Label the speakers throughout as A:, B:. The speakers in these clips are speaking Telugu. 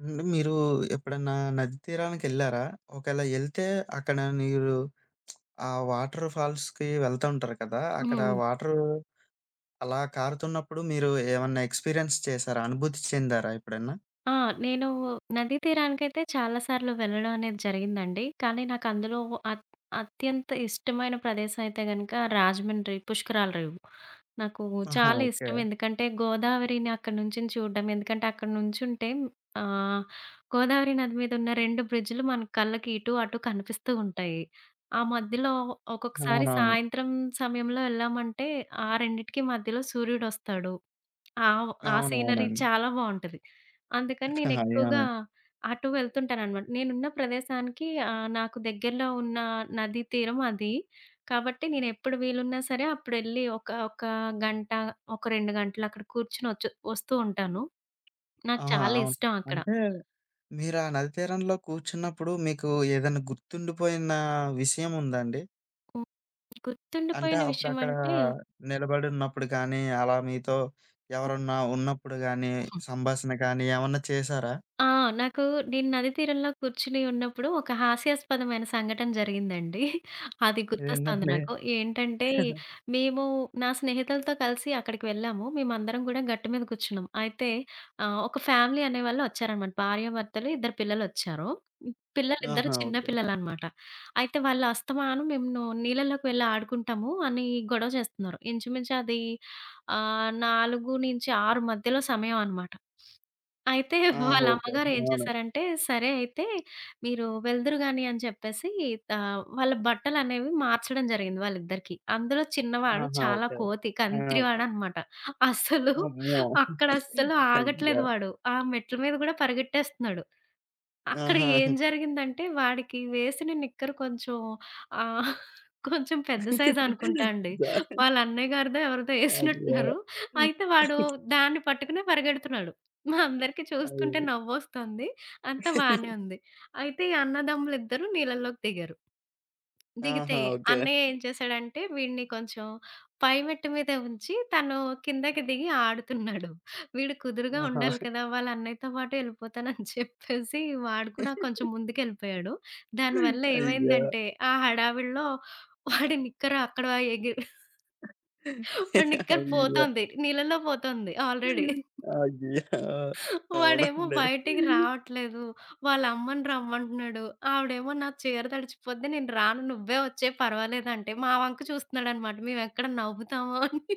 A: అంటే మీరు ఎప్పుడన్నా నది తీరానికెళ్లారా? ఒకవేళ ఎళ్తే అక్కడ మీరు ఆ వాటర్ ఫాల్స్‌కి వెళ్తా ఉంటారు కదా! అక్కడ
B: హ్మ్.
A: వాటర్ అలా కారుతున్నప్పుడు మీరు ఏమన్నా ఎక్స్‌పీరియన్స్ చేసారా? అనుభూతి చెందారా ఎప్పుడన్నా?
B: ఆ! నేను నదీ తీరానికైతే చాలా సార్లు వెళ్ళడం అనేది జరిగిందండి. కానీ నాకందులో అత్ అత్యంత ఇష్టమైన ప్రదేశం అయితే గనక రాజమండ్రి పుష్కరాల రేవు. నాకు
A: ఆహా!
B: చాలా
A: ఓకే.
B: ఇష్టం. ఎందుకంటే గోదావరిని అక్కడి నుంచిని చూడడం. ఎందుకంటే అక్కడ నుంచుంటే ఆహ్, గోదావరి నది మీద ఉన్న 2 బ్రిడ్జ్‌లు మన కళ్ళకి ఇటు, అటు కనిపిస్తూ ఉంటాయి. ఆ మధ్యలో ఒక్కొక్కసారి
A: అవునవును.
B: సాయంత్రం సమయంలో వెళ్ళామంటే ఆ రెండిటికి మధ్యలో సూర్యుడొస్తాడు. ఆ! ఆ సీనరీ
A: అవునవునండి.
B: చాలా బావుంటది. అందుకని నేనెక్కువగా
A: అయ్యో!
B: అటు వెళ్తుంటాననమాట. నేనున్న ప్రదేశానికి నాకు దగ్గరలో ఉన్న నదీ తీరం అది. కాబట్టి నేనెప్పుడు వీలున్నా సరే అప్పుడెళ్ళి ఒక గంట, ఒక 2 గంటలు అక్కడ కూర్చొనొచ్చు వస్తూ ఉంటాను. నాకు
A: ఆహా!
B: చాలా
A: అవును.
B: ఇష్టం అక్కడ.
A: అంటే మీరు ఆ నది తీరంలో కూర్చున్నప్పుడు మీకు ఏదైనా గుర్తుండిపోయిన విషయం ఉందా అండి?
B: హ్మ్.
A: అంటే
B: గుర్తుండిపోయిన విషయం
A: అప్పుడక్కడ
B: అంటే
A: నిలబడున్నప్పుడు గానీ, అలా మీతో ఎవరన్నా ఉన్నప్పుడు గానీ, సంభాషణ కానీ ఏమన్నా చేశారా?
B: ఆ! నాకు నేను నది తీరంలో కూర్చొని ఉన్నప్పుడు ఒక హాస్యాస్పదమైన సంఘటన జరిగిందండి. అది గుర్తొస్తుంది
A: ఏంటండి?
B: నాకు. ఏంటంటే, మేము నా స్నేహితులతో కలిసి అక్కడికి వెళ్ళాము. మేమందరం కూడా గట్టు మీద కూర్చున్నాం. అయితే ఒక ఫ్యామిలీ అనేవాళ్ళు వచ్చారనమాట. భార్యాభర్తలు, ఇద్దరు పిల్లలొచ్చారు. పిల్లలిద్దరూ
A: ఆహా!
B: చిన్న
A: ఓకే.
B: పిల్లలనమాట. అయితే వాళ్ళు అస్తమానం మేము నీళ్ళలోకి వెళ్ళి ఆడుకుంటాము అని గొడవ చేస్తున్నారు. ఇంచుమించు అది 4-6 మధ్యలో సమయం అనమాట. అయితే
A: ఆ!
B: వాళ్ళ
A: ఓకే.
B: అమ్మగారు ఏం
A: అవును.
B: చేశారంటే, సరే అయితే మీరు వెళ్దురు గాని అని చెప్పేసి వాళ్ళ బట్టలనేవి మార్చడం జరిగింది వాళ్ళిద్దరికీ. అందులో చిన్నవాడు
A: ఆహా!
B: చాలా
A: ఓకే.
B: కోతి,
A: ఆ! ఓకే.
B: కంత్రివాడనమాట. అసలు
A: అమ్మో!
B: అక్కడ అస్సలు
A: అయ్యో!
B: ఆగట్లేదు వాడు. ఆ మెట్ల మీద గూడా పరిగెట్టేస్తున్నాడు. అక్కడ
A: ఆహా!
B: ఏం జరిగిందంటే వాడికి వేసిన నిక్కర్ కొంచెం ఆహ్, కొంచెం పెద్ద సైజ్ అనుకుంటా అండి.
A: జ
B: వాళ్ళ అన్నయ్య గారిదో ఎవరిదో
A: అయ్యో!
B: ఏసినట్టున్నారు. అయితే వాడు దాన్ని పట్టుకునే పరిగెడుతున్నాడు. మా అందరికీ చూస్తుంటే
A: అయ్యో!
B: నవ్వొస్తుంది. అంతా బానే ఉంది. అయితే ఈ అన్నదమ్ములిద్దరూ నీళ్ళలోకి దిగారు. దిగితే
A: ఆహా! ఓకే.
B: అన్నయ్య ఏం చేశాడంటే వీడిని కొంచెం పై మెట్టు మీద ఉంచి తను కిందకి దిగి ఆడుతున్నాడు. వీడు కుదురుగా ఉండాలి
A: ఆహా!
B: కదా! వాళ్ళ అన్నయ్యతో పాటు ఎళ్ళిపోతానని చెప్పేసి వాడు కూడా కొంచెం ముందుకెళ్ళిపోయాడు. దానివల్ల
A: అయ్యో!
B: ఏమైందంటే ఆ హడావిడిలో వాడి నిక్కరు అక్కడ ఎగి వాడి నిక్కరు
A: అయ్యో!
B: పోతోంది. నీళ్ళలో పోతోంది ఆల్రెడీ.
A: అయ్యో!
B: వాడేమో
A: అవునండి.
B: బయటికి రావట్లేదు. వాళ్ళ అమ్మని రమ్మంటున్నాడు. ఆవిడేమో "నా చీర తడిచిపోద్ది నేను రాను నువ్వే వచ్చేయి పర్వాలేదంటే" మా వంక చూస్తున్నాడనమాట. మేమెక్కడ నవ్వుతామో అని.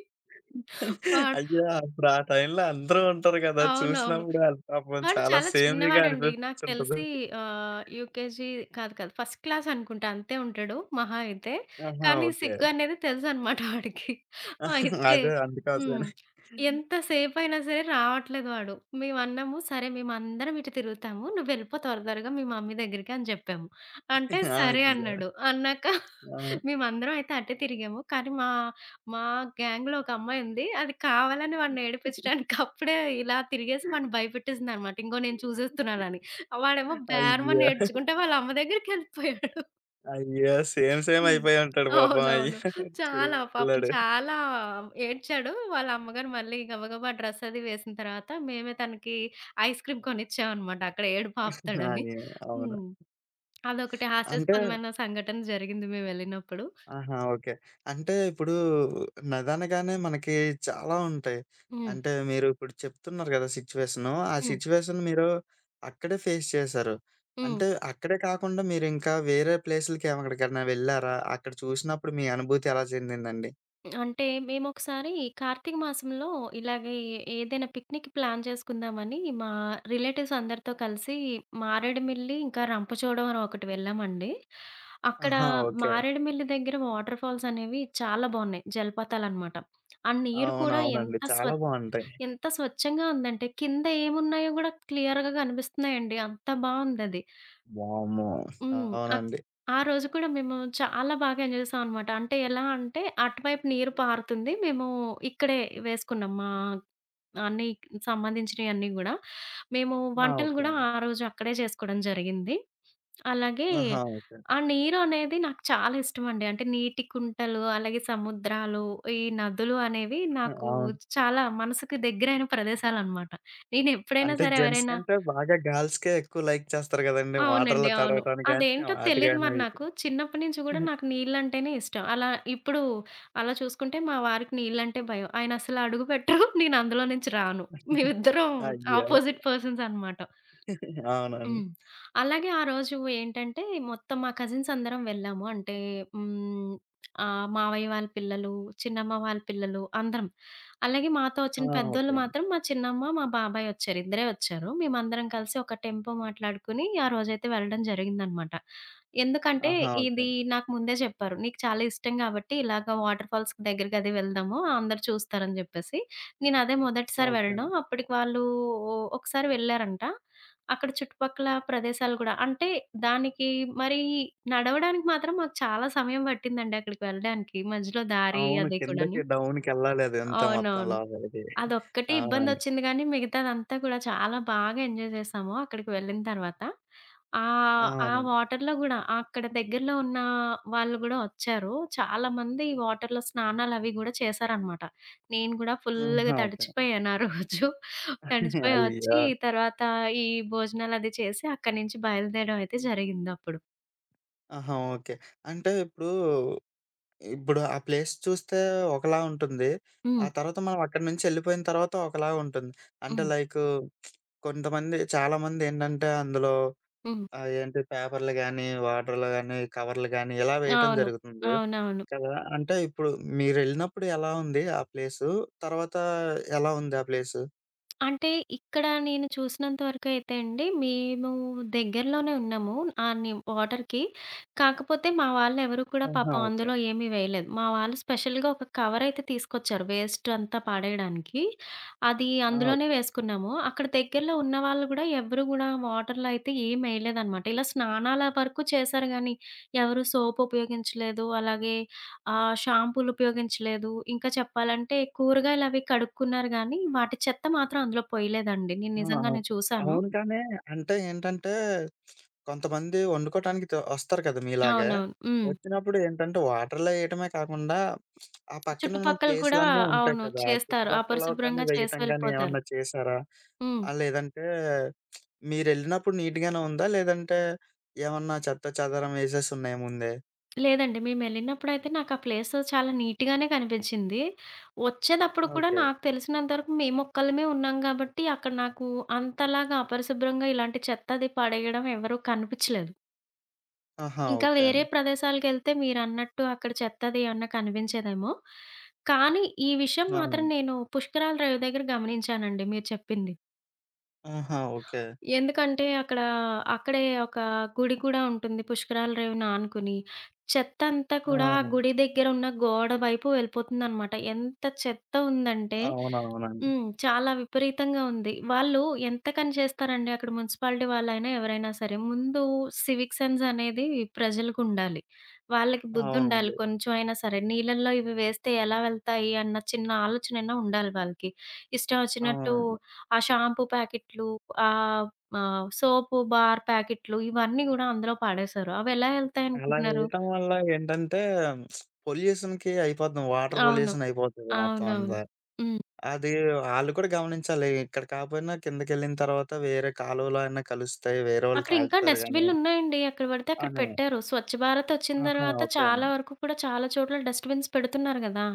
B: వాడు
A: అయ్యో! అప్పుడు ఆ టైంలో అందరూ ఉంటారు గదా!
B: అవునవును.
A: చూసినప్పుడు ఆళ్ళు పాపం
B: వాడు
A: చాలా
B: చాలా
A: సేమ్లీగా
B: చిన్నవాడండి. నాకు
A: అనిపిస్తుంటది.
B: తెలిసి యూకేజీ కాదు కాదు. ఫస్ట్ క్లాస్ అనుకుంటా అంతే ఉంటాడు మహా అయితే.
A: ఆహా!
B: కానీ
A: ఓకే.
B: సిగ్గు అనేది తెలుసనమాట వాడికి. అయితే
A: అదే
B: హ్మ్.
A: అందుకోసమని.
B: ఎంత సేపయినా సరే రావట్లేదు వాడు. మేమన్నాము, "సరే మేమందరం ఇటు తిరుగుతాము. నువ్వెళ్ళిపో త్వర త్వరగా మీ మమ్మీ దగ్గరికి" అని చెప్పాము. అంటే,
A: ఆ!
B: "సరే"
A: అయ్యో!
B: అన్నాడు. అన్నాక
A: ఆ!
B: మేమందరం అయితే అటే తిరిగాము. కానీ మా మా గ్యాంగ్‌లో ఒక అమ్మాయుంది. అది కావాలని వాడిని ఏడిపించడానికి అప్పుడే ఇలా తిరిగేసి వాడిని భయపెట్టేసిందనమాట. ఇంగో నేను చూసేస్తున్నానని. వాడేమో
A: అయ్యో!
B: బేరమని ఏడ్చుకుంటే వాళ్ళ అమ్మ దగ్గరికెళ్ళిపోయాడు.
A: అయ్యో! సేమ్ సేమ్
B: హ్మ్.
A: అయిపోయి ఉంటాడు పాపం. అయ్యో!
B: అవునవును. చాలా పాపం
A: పిల్లోడు.
B: చాలా ఏడ్చాడు. వాళ్ళ అమ్మగారు మళ్ళీ గబగబా డ్రెస్ అది వేసిన తర్వాత మేమే తనకి ఐస్ క్రీమ్ కొనిచ్చామనమాట. అక్కడ ఏడుపు ఆపుతాడని.
A: అయ్యో! అవును.
B: హ్మ్. అదొకటి
A: అంటే
B: హాస్యాస్పదమైన సంఘటన జరిగింది మేమెళ్ళినప్పుడు.
A: ఆహా! ఓకే. అంటే ఇప్పుడు నదనగానే మనకి చాలా ఉంటాయి.
B: హ్మ్.
A: అంటే మీరు ఇప్పుడు చెప్తున్నారు కదా! సిట్యుయేషను. ఆ
B: హ్మ్.
A: సిట్యుయేషన్ మీరు అక్కడే ఫేస్ చేశారు.
B: హ్మ్.
A: అంటే అక్కడే కాకుండా మీరింకా వేరే ప్లేసులకి ఎక్కడికైనా వెళ్లారా? అక్కడ చూసినప్పుడు మీ అనుభూతి ఎలా చెందిందండి?
B: అంటే మేమొకసారి కార్తీక మాసంలో ఇలాగే ఏదైనా పిక్నిక్ ప్లాన్ చేసుకుందామని మా రిలేటివ్స్ అందరితో కలిసి మారేడుమిల్లి, ఇంకా రంపచోడవరం ఒకటి వెళ్ళామండి. అక్కడ
A: ఆహా! ఓకే.
B: మారేడుమిల్లి దగ్గర వాటర్ ఫాల్స్ అనేవి చాలా బావున్నాయి. జలపాతాలనమాట. ఆ నీరు కూడా
A: అవునవునండి. చాలా బావుంటాయి.
B: ఎంత స్వచ్ఛంగా ఉందంటే కింద ఏమున్నాయో గూడా క్లియర్‌గా కనిపిస్తున్నాయండి. అంత బావుందది.
A: వామ్మో!
B: హ్మ్.
A: అవునండి.
B: ఆ రోజు కూడా మేము చాలా బాగా ఎంజాయ్ చేసామనమాట. అంటే ఎలా అంటే అటువైపు నీరు పారుతుంది. మేము ఇక్కడే వేసుకున్నాం. మా అన్నీ సంబంధించినయన్నీ గూడా. మేము
A: ఆ!
B: వంటలు
A: ఓకే
B: గూడా
A: అండి.
B: ఆ రోజు అక్కడే చేసుకోవడం జరిగింది. అలాగే
A: ఆహా! ఓకే.
B: ఆ నీరు అనేది నాకు చాలా ఇష్టమండి. అంటే నీటి కుంటలు, అలాగే సముద్రాలు, ఈ నదులు అనేవి నాకు
A: అవును.
B: చాలా మనసుకు దగ్గరైన ప్రదేశాలనమాట. నేనెప్పుడైనా
A: అంటే
B: సరే
A: జెంట్స్
B: ఎవరైనా
A: కంటే బాగా గర్ల్స్‌కే ఎక్కువ లైక్ చేస్తారు గదండీ!
B: అవునండి.
A: వాటర్‌లో
B: అవును.
A: తడవటానికి గాని,
B: అదేంటో
A: వాటి
B: తెలీదు
A: గాని
B: మరి
A: వీటికి.
B: నాకు. చిన్నప్పటి నుంచి గూడా నాకు నీళ్ళంటేనే ఇష్టం. ఇప్పుడు అలా చూసుకుంటే మా వారికి నీళ్ళంటే భయం. ఆయనసలు అడుగు పెట్టరు. నేను అందులో నుంచి రాను. మేమిద్దరం
A: అయ్యో!
B: ఆపోజిట్ పర్సన్స్ అనమాట.
A: అవునండి.
B: హ్మ్. అలాగే ఆ రోజు ఏంటంటే, మొత్తం మా కజిన్స్ అందరం వెళ్ళాము. అంటే హ్మ్, మావయ్య వాళ్ళ పిల్లలు, చిన్నమ్మ వాళ్ళ పిల్లలు అందరం. అలాగే మాతో
A: ఆ!
B: వచ్చిన
A: ఓకే
B: పెద్దోళ్ళు
A: అండి.
B: మాత్రం మా చిన్నమ్మ, మా బాబాయ్ వచ్చారు. ఇద్దరే వచ్చారు. మేమందరం కలిసి ఒక టెంపో మాట్లాడుకొని ఆ రోజైతే వెళ్ళడం జరిగిందనమాట. ఎందుకంటే
A: ఆహా! ఓకే
B: ఇది
A: అండి.
B: నాకు ముందే చెప్పారు. "నీకు చాలా ఇష్టం కాబట్టి ఇలాగ వాటర్ ఫాల్స్ దగ్గరకి అది వెళ్దాము. అందరూ చూస్తారని" చెప్పేసి. నేను అదే మొదటిసారి
A: ఓకే
B: వెళ్ళడం.
A: అండి.
B: అప్పటికి వాళ్ళు ఒకసారి వెళ్ళారంట. అక్కడ చుట్టుపక్కల ప్రదేశాలు గూడా. అంటే దానికి మరి నడవడానికి మాత్రం మాకు చాలా సమయం పట్టిందండి అక్కడికి వెళ్ళడానికి. మధ్యలో దారి
A: అవును.
B: అది
A: కిందకి
B: కూడాను.
A: డౌన్‌కెళ్ళాలి అది అంతా మొత్తం
B: అవునవును.
A: లోపలికి.
B: అదొక్కటే
A: అవునండి.
B: ఇబ్బందొచ్చింది గానీ, మిగతాదంతా కూడా చాలా బాగా ఎంజాయ్ చేశాము అక్కడికి వెళ్ళిన తర్వాత. ఆ
A: అవును.
B: వాటర్‌లో గూడా అక్కడ దగ్గరలో ఉన్న వాళ్ళు గూడా ఒచ్చారు. చాలామంది వాటర్‌లో స్నానాలవి గూడా చేశారనమాట. నేను గూడా ఫుల్లుగా
A: ఆహా! ఓకే.
B: తడిచిపోయాను ఆ రోజు. తడిచిపోయి
A: అయ్యో!
B: ఒచ్చి తర్వాత ఈ భోజనాలది చేసి అక్కడి నుంచి బయలుదేరడం అయితే జరిగిందప్పుడు.
A: ఆహా! ఓకే. అంటే ఇప్పుడు ఇప్పుడు ఆ ప్లేస్ చూస్తే ఒకలా ఉంటుంది. ఆ
B: హ్మ్.
A: తర్వాత మనం అక్కడి నుంచి ఎళ్ళిపోయిన తర్వాత ఒకలా ఉంటుంది. అంటే
B: హ్మ్.
A: లైకు కొంతమంది చాలామందేంటంటే అందులో
B: హ్మ్.
A: ఏంటి పేపర్‌లు గాని, వాటర్‌లు గాని, కవర్‌లు గాని ఇలా వేయటం
B: అవును.
A: జరుగుతుంది
B: అవునవును.
A: కదా! అంటే ఇప్పుడు మీరెళ్ళినప్పుడు ఎలా ఉంది ఆ ప్లేసు? తర్వాత ఎలా ఉంది ఆ ప్లేసు?
B: అంటే ఇక్కడ నేను చూసినంత వరకైతే అండి, మేము దగ్గరలోనే ఉన్నాము. ఆని వాటర్‌కి. కాకపోతే మా వాళ్ళెవరు కూడా
A: ఆహా!
B: పాపం
A: ఓకే.
B: అందులో ఏమీ వేయలేదు. మా వాళ్ళు స్పెషల్‌గా ఒక కవరయితే తీసుకొచ్చారు వేస్ట్ అంతా పడేయడానికి. అది
A: ఆ!
B: అందులోనే
A: ఓకే.
B: వేసుకున్నాము. అక్కడ దగ్గరలో ఉన్నవాళ్ళు గూడా ఎవ్వరు గూడా వాటర్‌లో అయితే ఏం వేయలేదనమాట. ఇలా స్నానాల వరకు చేశారు గానీ, ఎవరు సోప్ ఉపయోగించలేదు. అలాగే ఆ! షాంపూలు ఉపయోగించలేదు. ఇంకా చెప్పాలంటే కూరగాయలవి కడుక్కున్నారు గానీ, వాటి చెత్త మాత్రం అందులో పొయ్యలేదండి. నేను
A: ఆ! అవును.
B: నిజంగానే చూశాను.
A: అవును కానీ, అంటే ఏంటంటే, కొంతమంది వండుకోటానికి త వస్తారు కదా మీలాగే.
B: అవునవును. హ్మ్.
A: వచ్చినప్పుడు ఏంటంటే, వాటర్‌లో ఎయటమే కాకుండా, ఆ పక్కనున్న
B: చుట్టుపక్కల కూడా
A: ప్లేసులన్నీ ఉంటాయి
B: అవును.
A: కదా!
B: చేస్తారు.
A: చుట్టుపక్కల కానీ
B: అపరిశుభ్రంగా చేసి
A: వెయ్యటం గానీ
B: వెళ్ళిపోతారు.
A: ఏమన్నా చేశారా?
B: హ్మ్.
A: లేదంటే మీరెళ్ళినప్పుడు నీట్‌గానే ఉందా? లేదంటే ఏమన్నా చెత్త చెదారం ఏసేసి ఉన్నాయా ముందే?
B: లేదండి. మేమెళ్ళినప్పుడైతే నాకా ప్లేస్ చాలా నీట్‌గానే కనిపించింది. వచ్చేటప్పుడు కూడా
A: ఓకే.
B: నాకు తెలిసినంత వరకు మేమొక్కళ్ళమే ఉన్నాం గాబట్టి, అక్కడ నాకు అంతలాగా అపరిశుభ్రంగా ఇలాంటి చెత్త అది పడేయడం ఎవరు కనిపిచ్చలేదు.
A: ఆహా!
B: ఇంకా
A: ఓకే
B: వేరే
A: అండి.
B: ప్రదేశాలకెళ్తే మీరన్నట్టు అక్కడ చెత్తది ఏమన్నా కనిపించేదేమో. కానీ ఈ విషయం మాత్రం
A: అవును.
B: నేను పుష్కరాల రేవు దగ్గర గమనించానండి మీరు చెప్పింది.
A: ఆహా! ఓకే.
B: ఎందుకంటే అక్కడే ఒక గుడి కూడా ఉంటుంది పుష్కరాల రేవుని ఆనుకుని. చెత్తంతా కూడా ఆ
A: ఆ!
B: గుడి దగ్గర ఉన్న గోడ వైపు వెళ్ళిపోతుందనమాట. ఎంత చెత్త ఉందంటే
A: అవునవునండి.
B: హ్మ్. చాలా విపరీతంగా ఉంది. వాళ్ళు ఎంతకని చేస్తారండి అక్కడ మున్సిపాలిటీ వాళ్ళైనా ఎవరైనా సరే. ముందు సివిక్ సెన్స్ అనేది ప్రజలకుండాలి. వాళ్ళకి బుద్ధుండాలి
A: అవునండి.
B: కొంచెం అయినా సరే. నీళ్ళల్లో ఇవి వేస్తే ఎలా వెళ్తాయి అన్న చిన్న ఆలోచనైనా ఉండాలి వాళ్ళకి. ఇష్టం వచ్చినట్టు
A: అవునండి.
B: ఆ షాంపూ ప్యాకెట్లు, ఆహ్, ఆహ్, సోపు బార్ ప్యాకెట్లు ఇవన్నీ గూడా అందులో పాడేశారు. అవెలా
A: అలా
B: ఎళ్తాయనుకుంటున్నారు?
A: వేయటం వల్ల ఏంటంటే పొల్యూషన్‌కి అయిపోద్దాం. వాటర్
B: అవును.
A: పొల్యూషన్ అయిపోతది మొత్తం
B: అవునవును.
A: అంతా.
B: హ్మ్.
A: అది ఆళ్ళు కూడా గమనించాలి. ఇక్కడ కాపోయినా కిందకెళ్ళిన తర్వాత వేరే కాలువలో అయినా కలుస్తాయి. వేరే వాళ్ళు
B: అక్కడ ఇంకా
A: తాగుతారు
B: డస్ట్
A: గానీ
B: బిన్‌లున్నాయండి. ఎక్కడ పడితే అక్కడ
A: అని.
B: పెట్టారు. స్వచ్ఛ భారత్ వచ్చిన
A: ఆహా!
B: తర్వాత
A: ఓకే
B: చాలా
A: అండి.
B: వరకు కూడా చాలా చోట్ల డస్ట్ బిన్స్ పెడుతున్నారు గదా!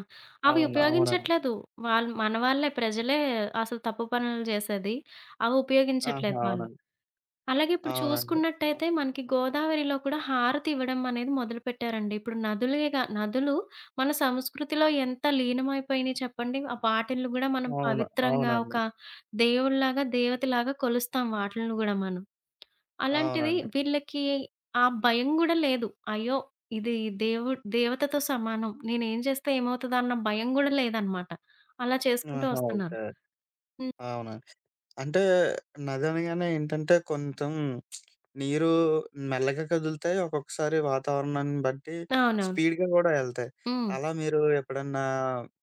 B: అవి
A: అవును. అవునండి.
B: ఉపయోగించట్లేదు. వాళ్ళు మన వాళ్ళే ప్రజలే అసలు తప్పు పనులు చేసేది. అవి
A: ఆహా!
B: ఉపయోగించట్లేదు వాళ్ళు.
A: అవునండి.
B: అలాగే ఇప్పుడు
A: అవునండి.
B: చూసుకున్నట్టయితే మనకి గోదావరిలో కూడా హారతి ఇవ్వడం అనేది మొదలుపెట్టారండి. ఇప్పుడు నదులే గా నదులు మన సంస్కృతిలో ఎంత లీనమైపోయినాయి చెప్పండి. ఆ వాటిల్ని గూడా మనం
A: అవును.
B: పవిత్రంగా
A: అవునండి.
B: ఒక దేవుడిలాగా, దేవతలాగా కొలుస్తాం వాటిల్ని గూడా మనం. అలాంటిది
A: అవునండి.
B: వీళ్ళకి ఆ భయం గూడా లేదు. అయ్యో! ఇది దేవు దేవతతో సమానం. నేనేం చేస్తే ఏమవుతదా అన్న భయం గూడా లేదనమాట. అలా చేసుకుంటూ
A: ఆహా!
B: వస్తున్నారు.
A: ఓకే.
B: హ్మ్.
A: అవునండి. అంటే నదనగానే ఏంటంటే కొంచెం నీరు మెల్లగా కదులుతాయి. ఒక్కొక్కసారి వాతావరణాన్ని బట్టి
B: అవునవును.
A: స్పీడ్‌గా గూడా ఎళ్తాయి.
B: హ్మ్.
A: అలా మీరు ఎప్పుడన్నా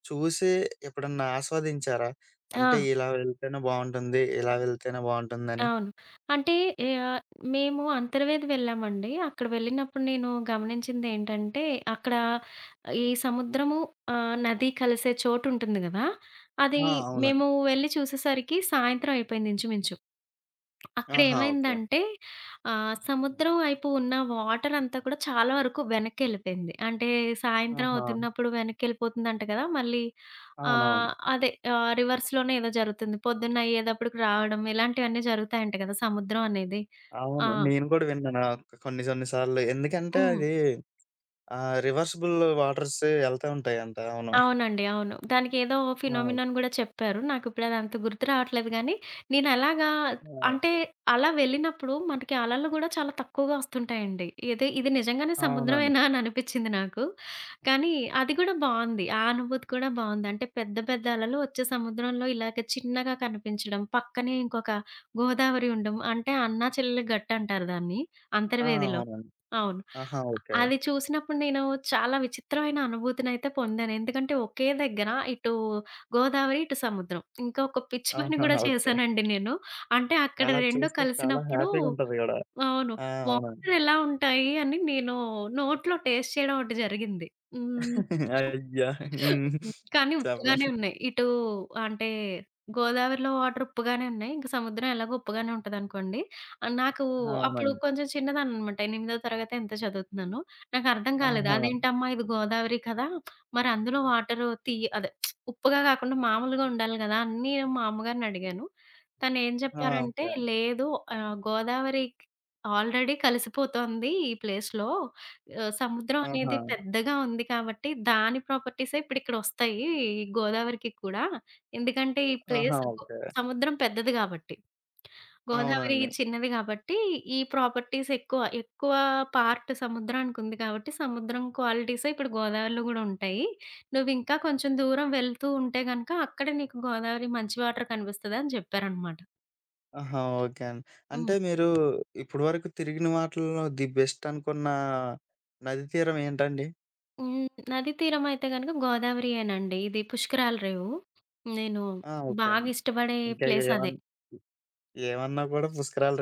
A: చూసి ఎప్పుడన్నా ఆస్వాదించారా? అంటే
B: ఆ!
A: ఇలా వెళ్తేనే బావుంటుంది. ఇలా వెళ్తేనే బావుంటుందని.
B: అవును. అంటే ఆహ్, మేము అంతర్వేది వెళ్ళామండి. అక్కడ వెళ్ళినప్పుడు నేను గమనించిందేంటంటే, అక్కడ ఈ సముద్రము నది కలిసే చోటుంటుంది గదా! అది
A: ఆ! అవునండి.
B: మేము వెళ్ళి చూసేసరికి సాయంత్రం అయిపోయింది ఇంచుమించు.
A: ఆహా! ఓకే.
B: అక్కడేమైందంటే సముద్రం వైపు ఉన్న వాటరంతా కూడా చాలా వరకు వెనక్కెళ్ళిపోయింది. అంటే సాయంత్రం
A: ఆహా!
B: అవుతున్నప్పుడు వెనక్కెళ్ళిపోతుందంట కదా! మళ్ళీ
A: అవునవును.
B: ఆహ్, అదే రివర్స్‌లోనే ఏదో జరుగుతుంది. పొద్దున్న అయ్యేదప్పటికి రావడం ఇలాంటివన్నీ జరుగుతాయంట కదా! సముద్రం అనేది. ఆ!
A: అవును. నేను కూడా విన్నాను. కొన్ని కొన్ని సార్లు ఎందుకంటే
B: హ్మ్.
A: అది రివర్సిబుల్ వాటర్స్ ఎళ్తా ఉంటాయంట. అవును.
B: అవునండి. అవును. దానికేదో
A: ఆ! ఓకే.
B: ఫినోమినన్ గూడా చెప్పారు. నాకిప్పుడది అంత గుర్తు రావట్లేదు గానీ, నేనలాగా
A: ఆ!
B: అంటే,
A: ఓకే.
B: అలా వెళ్ళినప్పుడు మనకి అలలు గూడా చాలా తక్కువగా ఒస్తుంటాయండి. ఇది ఇది నిజంగానే
A: అవునండి.
B: సముద్రమేనా అని అనిపిచ్చింది నాకు. కానీ అది గూడా బావుంది. ఆ అనుభూతి కూడా బావుంది. అంటే, పెద్ద పెద్ద అలలు ఒచ్చే సముద్రంలో ఇలాగ చిన్నగా కనిపించడం, పక్కనే ఇంకొక గోదావరి ఉండడం. అంటే, అన్నా చెల్లెలి గట్టంటారు దాన్ని
A: ఆ!
B: అంతర్వేదిలో.
A: అవునండి.
B: అవును.
A: ఆహా! ఓకే.
B: అది చూసినప్పుడు నేను చాలా విచిత్రమైన అనుభూతినైతే పొందాను. ఎందుకంటే ఒకే దగ్గర ఇటు గోదావరి, ఇటు సముద్రం. ఇంకా ఒక పిచ్చి పని గూడా
A: ఆహాహా! ఓకే.
B: చేశానండి నేను. అంటే అక్కడ
A: అలా
B: 2
A: చూస్తే చాలా
B: కలిసినప్పుడు
A: హ్యాపీగా ఉంటది గూడా.
B: అవును.
A: ఆ! అవునండి.
B: వాటర్ ఎలా ఉంటాయి అని నేను నోట్లో టేస్ట్ చేయడం ఒకటి జరిగింది. హ్మ్.
A: అయ్యా! హ్మ్.
B: హ్మ్. కానీ ఉప్పుగానే
A: చెప్పండి.
B: ఉన్నాయి. అంటే గోదావరిలో వాటర్ ఉప్పుగానే ఉన్నాయి. ఇంక సముద్రం ఎలాగో ఉప్పుగానే ఉంటదనుకోండి. నాకు అప్పుడు
A: అవునండి.
B: కొంచెం చిన్నదాన్ననమాట. ఎనిమిదో తరగతో ఎంతో చదువుతున్నాను. నాకర్థం కాలేదు.
A: ఆహా!
B: అదేంటమ్మా ఇది గోదావరి కదా! మరి అందులో వాటరు తియ్య అదే ఉప్పుగా కాకుండా మామూలుగా ఉండాలి గదా! అని మా అమ్మగారిని అడిగాను. తనేం
A: ఆ!
B: చెప్పారంటే,
A: ఓకే.
B: లేదు గోదావరి ఆల్రెడీ కలిసిపోతోంది ఈ ప్లేస్‌లో సముద్రం
A: ఆహా!
B: అనేది పెద్దగా ఉంది కాబట్టి, దాని ప్రాపర్టీసే ఇప్పుడిక్కడొస్తాయి ఈ గోదావరికి కూడా. ఎందుకంటే, ఈ
A: ఆహా!
B: Place go
A: okay.
B: సముద్రం పెద్దది గాబట్టి. గోదావరి
A: అవునండి.
B: చిన్నది గాబట్టి, ఈ ప్రాపర్టీస్ ఎక్కువ. ఎక్కువ పార్ట్ సముద్రానికుంది కాబట్టి, సముద్రం క్వాలిటీసే ఇప్పుడు గోదావరిలో గూడా ఉంటాయి. నువ్వింకా కొంచెం దూరం వెళ్తూ ఉంటే గనక, అక్కడ నీకు గోదావరి మంచి వాటర్ కనిపిస్తదని జెప్పారనమాట.
A: ఆహా! ఓకే అండి. అంటే
B: హ్మ్.
A: మీరు ఇప్పటివరకు తిరిగిన వాటిల్లో ది బెస్ట్ అనుకున్న నది తీరం ఏంటండి?
B: హ్మ్. నదీ తీరం అయితే గనుక గోదావరియెనండి. ఇది పుష్కరాల రేవు. నేను
A: ఆ! ఓకే
B: బాగా
A: అండి.
B: ఇష్టపడే
A: ఇంకా
B: ప్లేస్ అదే.
A: ఏమన్ ఏమన్నా కూడా పుసకారాలు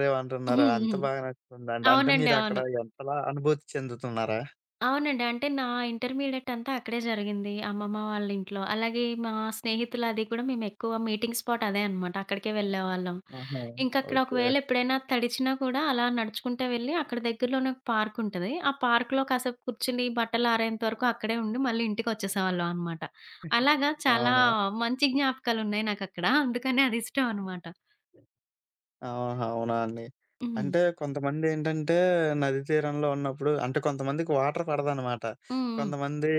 A: రేవంటున్నారు.
B: హ్మ్.
A: అంత
B: హ్మ్.
A: బాగా నచ్చుతుందండి. అంటే
B: అవునండి.
A: మీరక్కడ
B: అవును.
A: ఎంతలా అనుభూతి చెందుతున్నారా?
B: అవునండి. అంటే నా ఇంటర్మీడియేట్ అంతా అక్కడే జరిగింది. అమ్మమ్మ వాళ్ళ ఇంట్లో. అలాగే మా స్నేహితులు అది కూడా మేమెక్కువ మీటింగ్ స్పాట్ అదే అనమాట. అక్కడికే వెళ్ళేవాళ్ళం.
A: ఆహా!
B: ఇంకక్కడ
A: ఓకే.
B: ఒకవేళ ఎప్పుడైనా తడిచినా కూడా అలా నడుచుకుంటా వెళ్ళి అక్కడ దగ్గరలోనే ఒక పార్క్ ఉంటది. ఆ పార్క్‌లో కాసేపు కూర్చుని బట్టలు ఆరేంత వరకు అక్కడే ఉండి మళ్ళీ ఇంటికొచ్చేసేవాళ్ళం అనమాట. అలాగా చాలా
A: అవునా?
B: మంచి జ్ఞాపకాలున్నాయి నాకక్కడ. అందుకనే అదిష్టం అనమాట.
A: ఆహా! అవునా అండి?
B: హ్మ్.
A: అంటే కొంతమందేంటంటే నది తీరంలో ఉన్నప్పుడు అంటే కొంతమందికి వాటర్ పడదనమాట.
B: హ్మ్.
A: కొంతమంది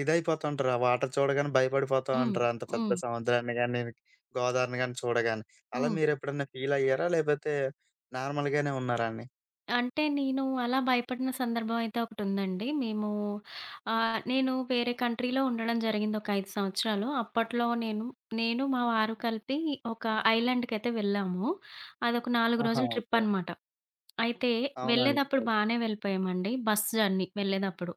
A: ఇదైపోతూ ఉంటారు. ఆ వాటర్ చూడగానే భయపడిపోతూ
B: హ్మ్.
A: ఉంటారు. అంత
B: హ్మ్.
A: పెద్ద
B: హ్మ్.
A: సముద్రాన్ని గాని, గోదావరిని గాని చూడగానే. అలా
B: హ్మ్.
A: మీరెప్పుడన్నా ఫీలయ్యారా? లేపోతే నార్మల్‌గానే ఉన్నారా అండి?
B: అంటే నేను అలా భయపడిన సందర్భం అయితే ఒకటుందండి. మేము నేను వేరే కంట్రీలో ఉండడం జరిగింది ఒక 5 సంవత్సరాలు. అప్పట్లో నేను మా వారు కలిపి ఒక ఐలాండ్‌కైతే వెళ్ళాము. అదొక 4
A: ఆహా!
B: రోజుల ట్రిప్
A: ఓకే.
B: అనమాట. అయితే వెళ్ళేదప్పుడు
A: అవునండి.
B: బానే వెళ్ళిపోయామండి. Bus journey వెళ్ళేదప్పుడు.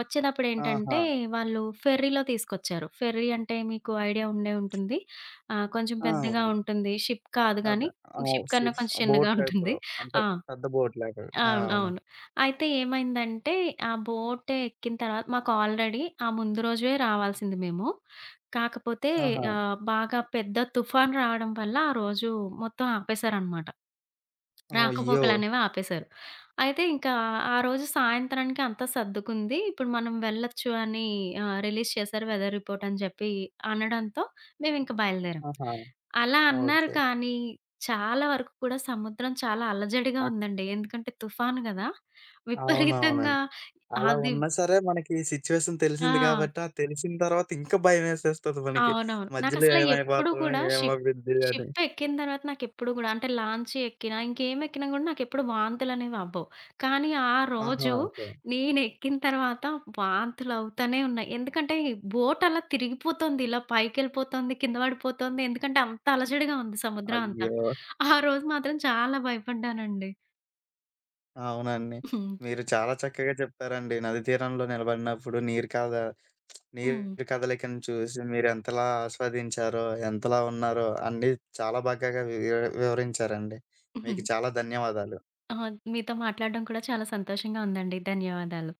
B: వచ్చేదప్పుడు ఏంటంటే
A: ఆహా!
B: వాళ్ళు ఫెర్రీలో తీసుకొచ్చారు. ఫెర్రీ అంటే మీకు ఐడియా ఉండే ఉంటుంది. కొంచెం
A: ఆ!
B: పెద్దగా
A: అవును.
B: ఉంటుంది. షిప్ కాదు గానీ,
A: అదే. ఆ!
B: షిప్ కన్నా
A: షిప్
B: కొంచెం
A: బోట్
B: చిన్నగా ఉంటుంది.
A: టైప్‌లో. అంటే
B: ఆ!
A: పెద్ద బోట్ లాగా. ఆ!
B: అవును.
A: అవును.
B: అవును. అయితే ఏమైందంటే, ఆ బోట్ ఎక్కిన తర్వాత మాకు ఆల్రెడీ ఆ ముందు రోజే రావాల్సింది మేము. కాకపోతే
A: ఆహా!
B: బాగా పెద్ద తుఫాను రావడం వల్ల ఆ రోజు మొత్తం ఆపేశారనమాట.
A: అయ్యో!
B: రాకపోకలనేవి ఆపేశారు. అయితే ఇంకా ఆ రోజు సాయంత్రానికి అంతా సర్దుకుంది. ఇప్పుడు మనం వెళ్ళొచ్చు అని రిలీజ్ చేశారు వెదర్ రిపోర్ట్ అని చెప్పి అనడంతో మేమింక బయలుదేరాం.
A: ఆహా!
B: అలా అన్నారు
A: ఓకే.
B: కానీ చాలా వరకు కూడా సముద్రం చాలా అలజడిగా
A: అక్
B: ఉందండి. ఎందుకంటే తుఫాను గదా! విపరీతంగా
A: అవునవునండి. అలా
B: అది
A: ఉన్నా సరే మనకి సిట్యుయేషన్
B: ఆ!
A: తెలిసింది కాబట్టి, ఆ తెలిసిన తర్వాత ఇంకా భయమేసేస్తది మనకి.
B: అవునవును.
A: మధ్యలో
B: నాకసల ఎప్పుడు
A: ఏమైపోతామో,
B: కూడా షిప్
A: ఏమవ్విద్ది అని.
B: షిప్ ఎక్కిన తర్వాత నాకెప్పుడు గూడా అంటే లాంచ్ ఎక్కినా, ఇంకేం ఎక్కినా గూడా నాకెప్పుడు వాంతులనేవి అవ్వవు. కానీ ఆ
A: ఆహా!
B: రోజు
A: ఓకే.
B: నేనెక్కిన తర్వాత వాంతులవుతానే ఉన్నాయి. ఎందుకంటే బోట్ అలా తిరిగిపోతోంది. ఇలా పైకెళ్ళిపోతోంది, కింద పడిపోతోంది. ఎందుకంటే అంత అలజడిగా ఉంది సముద్రం అంతా.
A: అయ్యో!
B: ఆ రోజు మాత్రం చాలా భయపడ్డానండి.
A: అవునండి.
B: హ్మ్.
A: మీరు చాలా చక్కగా చెప్పారండి. నది తీరంలో నిలబడినప్పుడు నీరు కద
B: హ్మ్.
A: నీరు కదలికను చూసి మీరెంతలా ఆస్వాదించారో, ఎంతలా ఉన్నారో అన్నీ చాలా బాగా వి వివరించారండి.
B: హ్మ్.
A: మీకు చాలా ధన్యవాదాలు.
B: ఆ! మీతో మాట్లాడడం కూడా చాలా సంతోషంగా ఉందండి. ధన్యవాదాలు.